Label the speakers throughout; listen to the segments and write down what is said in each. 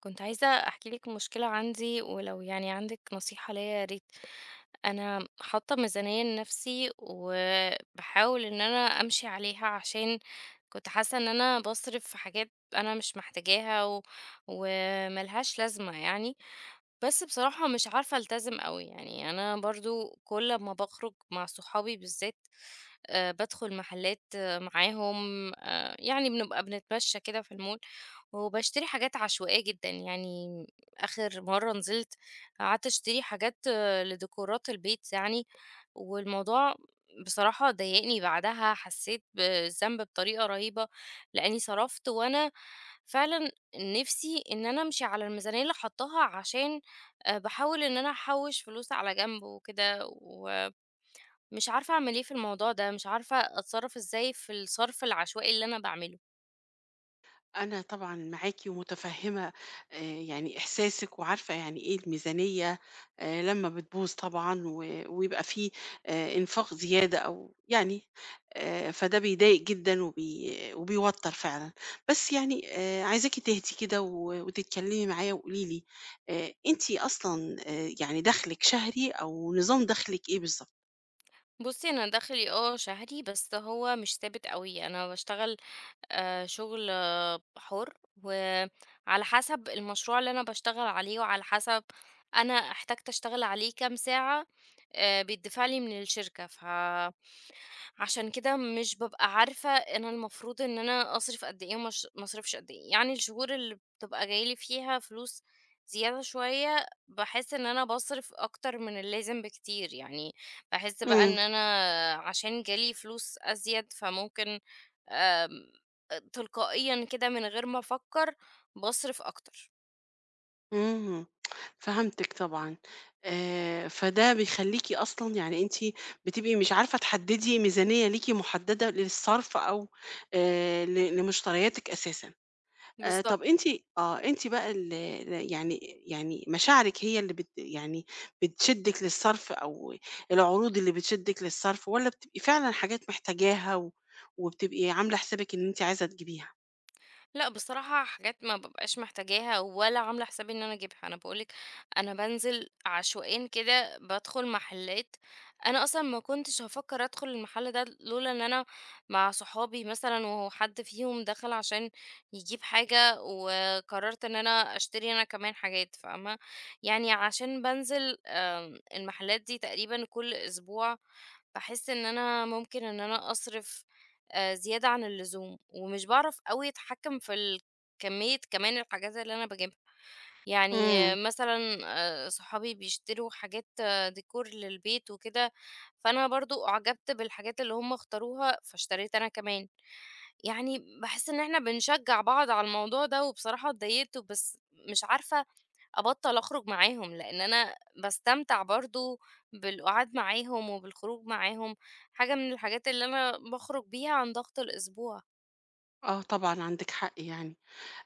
Speaker 1: كنت عايزة أحكي لِك مشكلة عندي، ولو يعني عندِك نصيحة ليّا يا ريت. أنا حاطة ميزانية لنفسي، وباحاول إن أنا أمشي عليها عشان كنت حاسة إن أنا باصرف في حاجات أنا مش محتاجاها و وما لهاش لازمة يعني، بس بصراحة مش عارفة ألتزم أوي. يعني أنا برضه كل أمّا باخرج مع صحابي بالذات، بادخل محلات معاهم، يعني بنبقى بنتمشى كده في المول، وباشتري حاجات عشوائية جدًا، يعني آخر مرّة نزلت قعدت أشتري حاجات لديكورات البيت يعني، والموضوع بصراحة ضايقني بعدها، حسيت بالذنب بطريقة رهيبة، لإني صرفت وأنا فعلًا نِفْسي إن أنا أمشي على الميزانية اللي حاطاها عشان باحاول إن أنا أحوّش فلوس على جنب وكده، ومش عارفة أعمل إيه في الموضوع ده، مش عارفة أتصرّف إزاي في الصرف العشوائي اللي أنا باعمله.
Speaker 2: أنا طبعًا معاكِ ومتفهّمة، يعني إحساسِك وعارفة يعني إيه الميزانية لمّا بتبوظ طبعًا ويبقى في إنفاق زيادة أو يعني فده بيضايق جدًا وبيوتّر فعلًا. بس يعني عايزاكِ تهدي كده وتتكلّمي معايا وقولي لي، أنتِ أصلًا يعني دخلِك شهري أو نظام دخلِك إيه بالضبط؟
Speaker 1: بُصّي، أنا دخلي شهري، بس هو مش ثابت أوي، أنا باشتغل شغل حُر، وعلى حسب المشروع اللي أنا باشتغل عليه، وعلى حسب أنا احتجت أشتغل عليه كام ساعة، بيتدفع لي من الشركة، عشان كده مش بابقى عارفة أنا المفروض إن أنا أصرف قد إيه ومش ما أصرفش قد إيه، يعني الشهور اللي بتبقى جاي لي فيها فلوس زيادة شوية، باحس إن أنا باصرف أكتر من اللازم بكتير، يعني باحس بقى إن أنا عشان جالي فلوس أزيد فممكن آمم، تلقائيًا كده من غير ما أفكر باصرف أكتر.
Speaker 2: إمم، فهمتِك طبعًا. فده بيخلّيكِ أصلًا يعني أنتِ بتبقي مش عارفة تحدّدي ميزانية ليكِ محددة للصرف أو ل لمشترياتِك أساسًا.
Speaker 1: بالضبط.
Speaker 2: طب أنتِ آه، أنتِ بقى ال ال يعني، يعني مشاعرِك هي اللي بت يعني بتشدِّك للصرف أو العروض اللي بتشدِّك للصرف، والّا بتبقي فعلًا حاجات محتاجاها وبتبقي عاملة حسابِك إن أنتِ عايزة تجيبيها؟
Speaker 1: لأ، بصراحة حاجات ما بابقاش محتاجاها ولا عاملة حسابي إن أنا أجيبها، أنا باقول لِك أنا بانزل عشوائيًا كده بادخل محلات، أنا أصلًا ما كنتش هافكّر أدخل المحل ده لولا إن أنا مع صحابي مثلًا وحد فيهم دخل عشان يجيب حاجة وقررت إن أنا أشتري أنا كمان حاجات فاهمة، يعني عشان بانزل المحلات دي تقريبًا كل أسبوع، باحس إن أنا ممكن إن أنا أصرف زيادة عن اللزوم، ومش باعرف أوي أتحكّم في ال كمية كمان الحاجات اللي أنا باجيبها، يعني
Speaker 2: إمم،
Speaker 1: مثلًا صحابي بيشتروا حاجات ديكور للبيت وكده، فأنا برضه أُعجبت بالحاجات اللي هُم اختاروها، فاشتريت أنا كمان، يعني باحس إن إحنا بنشجّع بعض على الموضوع ده، وبصراحة اتضايقت بس مش عارفة أبطّل أخرج معاهم، لإن أنا باستمتع برضه بالقعاد معاهم وبالخروج معاهم، حاجة من الحاجات اللي أنا باخرج بيها عن ضغط الأسبوع.
Speaker 2: آه طبعًا عندِك حق يعني.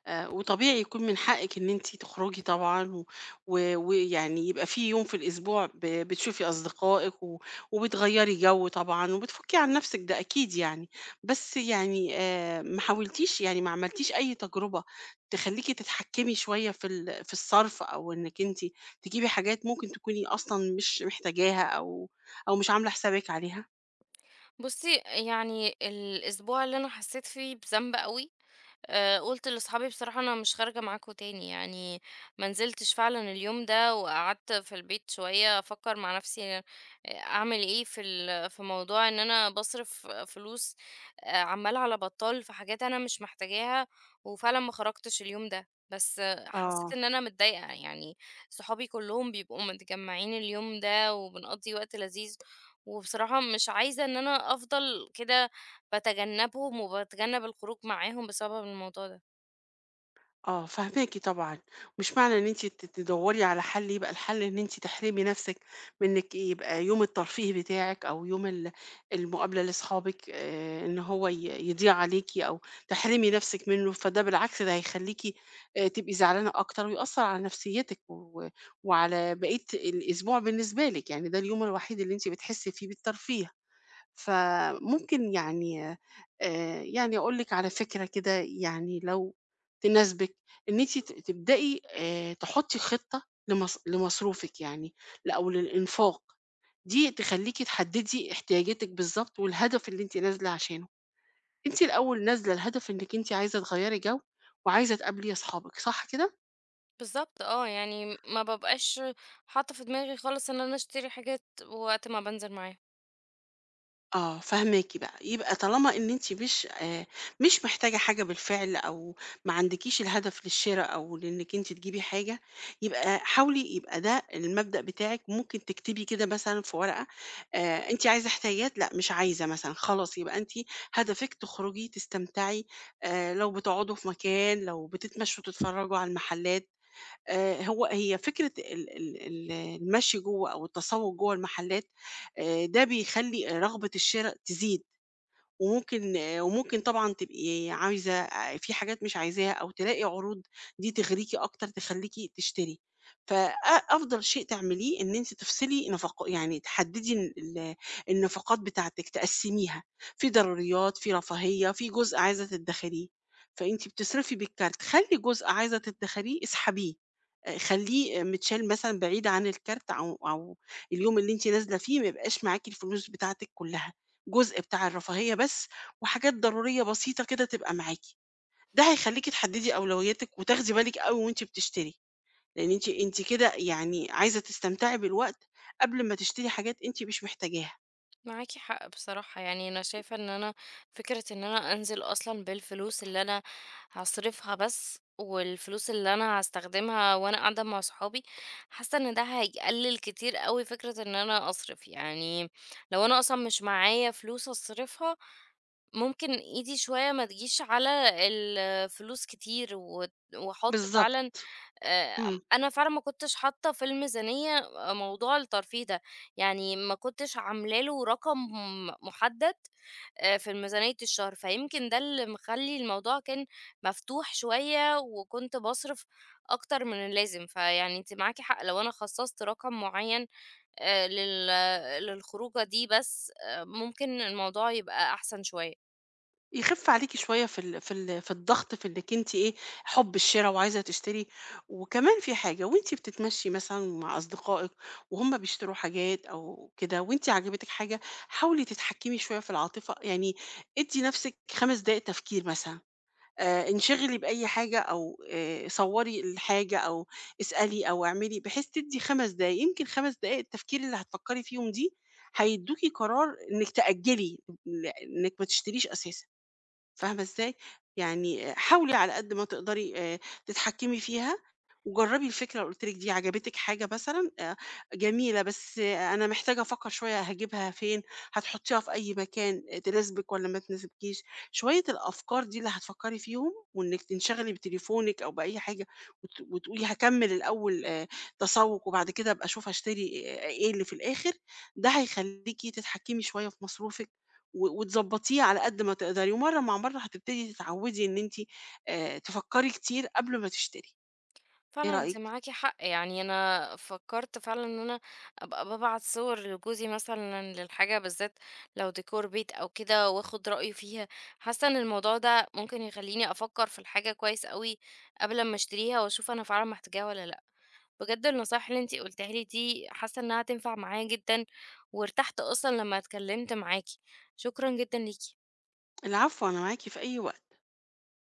Speaker 2: وطبيعي يكون من حقِك إن أنتِ تخرجي طبعًا و و ويعني يبقى في يوم في الأسبوع بتشوفي أصدقائِك وبتغيّري جو طبعًا وبتفُكّي عن نَفْسِك، ده أكيد يعني. بس يعني ما حاولتيش يعني، ما عملتيش أي تجربة تخلّيكِ تتحكّمي شوية في الصَرف، أو إنِّك أنتِ تجيبي حاجات ممكن تكوني أصلًا مش محتاجاها أو مش عاملة حسابِك عليها؟
Speaker 1: بُصّي، يعني الأسبوع اللي أنا حسّيت فيه بذنب أوي، قُلت لأصحابي بصراحة أنا مش خارجة معاكم تاني، يعني ما نزلتش فعلًا اليوم ده، وقعدت في البيت شوية أفكّر مع نفسي أعمل إيه في موضوع إن أنا باصرف فلوس عمّال على بطّال في حاجات أنا مش محتاجاها، وفعلًا ما خرجتش اليوم ده، بس حسيت
Speaker 2: آه.
Speaker 1: إن أنا متضايقة، يعني صحابي كلّهم بيبقوا متجمّعين اليوم ده، وبنقضّي وقت لذيذ، وبصراحة مش عايزة إن أنا أفضل كده باتجنبهم وباتجنب الخروج معاهم بسبب الموضوع ده.
Speaker 2: آه، فاهماكِ طبعًا. مش معنى إن أنتِ تدوّري على حل يبقى الحل إن أنتِ تحرمي نَفْسِك من إنِّك يبقى يوم الترفيه بتاعِك أو يوم المقابلة لأصحابِك، إن هو يضيع عليكِ أو تحرمي نَفْسِك منّه. فده بالعكس، ده هيخلّيكِ تبقي زعلانة أكتر ويأثّر على نفسيتِك وعلى بقية الأسبوع بالنسبة لِك، يعني ده اليوم الوحيد اللي أنتِ بتحسّي فيه بالترفيه. فممكن يعني يعني أقول لِك على فكرة كده، يعني لو تناسبِك، إن أنتِ تبدئي تحطّي خطة لمصروفِك، يعني ل أو للإنفاق، دي تخلّيكِ تحدّدي احتياجاتِك بالضبط والهدف اللي أنتِ نازلة عشانه. أنتِ الأول نازلة لهدف إنِّك أنتِ عايزة تغيّري جو وعايزة تقابلي أصحابِك، صح كده؟
Speaker 1: بالضبط يعني ما بابقاش حاطة في دماغي خالص إن أنا أشتري حاجات وقت ما بانزل معاهم.
Speaker 2: آه، فاهماكِ بقى. يبقى طالما إن أنتِ مش مش محتاجة حاجة بالفعل أو ما عندكيش الهدف للشرا أو لإنِّك أنتِ تجيبي حاجة، يبقى حاولي يبقى ده المبدأ بتاعِك. ممكن تكتبي كده مثلًا في ورقة، أنتِ عايزة حاجات، لأ مش عايزة مثلًا، خلاص يبقى أنتِ هدفِك تخرجي تستمتعي. لو بتقعدوا في مكان، لو بتتمشوا تتفرجوا على المحلات، هو هي فكرة ال ال ال المشي جوّه أو التسوّق جوّه المحلات، ده بيخلّي رغبة الشِرا تزيد. وممكن طبعًا تبقي عايزة في حاجات مش عايزاها أو تلاقي عروض دي تغريكِ أكتر تخلّيكِ تشتري. فأ أفضل شيء تعمليه إن أنتِ تفصلي نفق، يعني تحددي النفقات بتاعتِك، تقسّميها: في ضروريات، في رفاهية، في جزء عايزة تدخّريه. فأنتِ بتصرفي بالكارت، خلّي جزء عايزة تدخّريه اسحبيه، خلّيه متشال مثلًا بعيد عن الكارت، أو اليوم اللي أنتِ نازلة فيه ما يبقاش معاكِ الفلوس بتاعتِك كلها. جزء بتاع الرفاهية بس، وحاجات ضرورية بسيطة كده تبقى معاكِ. ده هيخلّيكِ تحدّدي أولوياتِك وتاخدي بالِك أوي وأنتِ بتشتري، لإن أنتِ كده يعني عايزة تستمتعي بالوقت قبل ما تشتري حاجات أنتِ مش محتاجاها.
Speaker 1: معاكِ حق بصراحة، يعني أنا شايفة إن أنا فكرة إن أنا أنزل أصلًا بالفلوس اللي أنا هاصرفها بس، والفلوس اللي أنا هاستخدمها وأنا قاعدة مع صحابي، حاسة إن ده هيقلل كتير أوي فكرة إن أنا أصرف، يعني لو أنا أصلًا مش معايا فلوس أصرفها ممكن إيدي شوية ما تجيش على الفلوس كتير وت وأحط فعلًا
Speaker 2: بالضبط.
Speaker 1: آآ،
Speaker 2: إمم.
Speaker 1: أنا فعلًا ما كنتش حاطة في الميزانية موضوع الترفيه ده، يعني ما كنتش عاملة له رقم محدد في ميزانية الشهر، فيمكن ده اللي مخلّي الموضوع كان مفتوح شوية وكنت باصرف أكتر من اللازم، فيعني أنتِ معاكِ حق لو أنا خصصت رقم معين آآ، لل للخروجة دي بس ممكن الموضوع يبقى أحسن شوية.
Speaker 2: يخف عليكِ شوية في الضغط، في إنِّك أنتِ إيه، حُب الشِرا وعايزة تشتري. وكمان في حاجة، وأنتِ بتتمشّي مثلًا مع أصدقائِك وهُم بيشتروا حاجات أو كده وأنتِ عجبتِك حاجة، حاولي تتحكّمي شوية في العاطفة. يعني ادّي نَفْسِك 5 دقايق تفكير مثلًا، انشغلي بأي حاجة أو صوّري الحاجة أو اسألي أو اعملي، بحيث تدّي 5 دقايق، يمكن 5 دقايق التفكير اللي هتفكّري فيهم دي هيدّوكِ قرار إنِّك تأجّلي إنِّك ما تشتريش أساسًا. فاهمة إزاي؟ يعني حاولي على قد ما تقدري تتحكمي فيها. وجرّبي الفكرة اللي قُلت لِك دي: عجبتِك حاجة مثلًا جميلة، بس آه، أنا محتاجة أفكّر شوية، هاجيبها فين، هتحطّيها في أي مكان، آه تناسبِك والّا ما تناسبكيش. شوية الأفكار دي اللي هتفكّري فيهم وإنِّك تنشغلي بتليفونِك أو بأي حاجة وتقولي هاكمّل الأول تسوّق وبعد كده أبقى أشوف هاشتري إيه اللي في الآخر. ده هيخلّيكِ تتحكّمي شوية في مصروفِك وتضبّطيه على قد ما تقدري، ومَرّة مع مَرّة هتبتدي تتعوّدي إن أنتِ تفكّري كتير قبل ما تشتري. إيه
Speaker 1: فعلًا أنتِ
Speaker 2: رأيك؟
Speaker 1: معاكِ حق، يعني أنا فكّرت فعلًا إن أنا أبقى بابعت صور لجوزي مثلًا للحاجة بالذات لو ديكور بيت أو كده وآخُد رأيه فيها، حاسة إن الموضوع ده ممكن يخلّيني أفكّر في الحاجة كويس أوي قبل أمّا أشتريها وأشوف أنا فعلًا محتاجاها والّا لأ. بجد النصايح اللي أنتِ قُلتيها لي دي حاسة إنّها هتنفع معايا جدًا وارتحت أصلًا لمّا اتكلّمت معاكِ، شكرًا جدًا ليكِ.
Speaker 2: العفو، أنا معاكِ في أي وقت.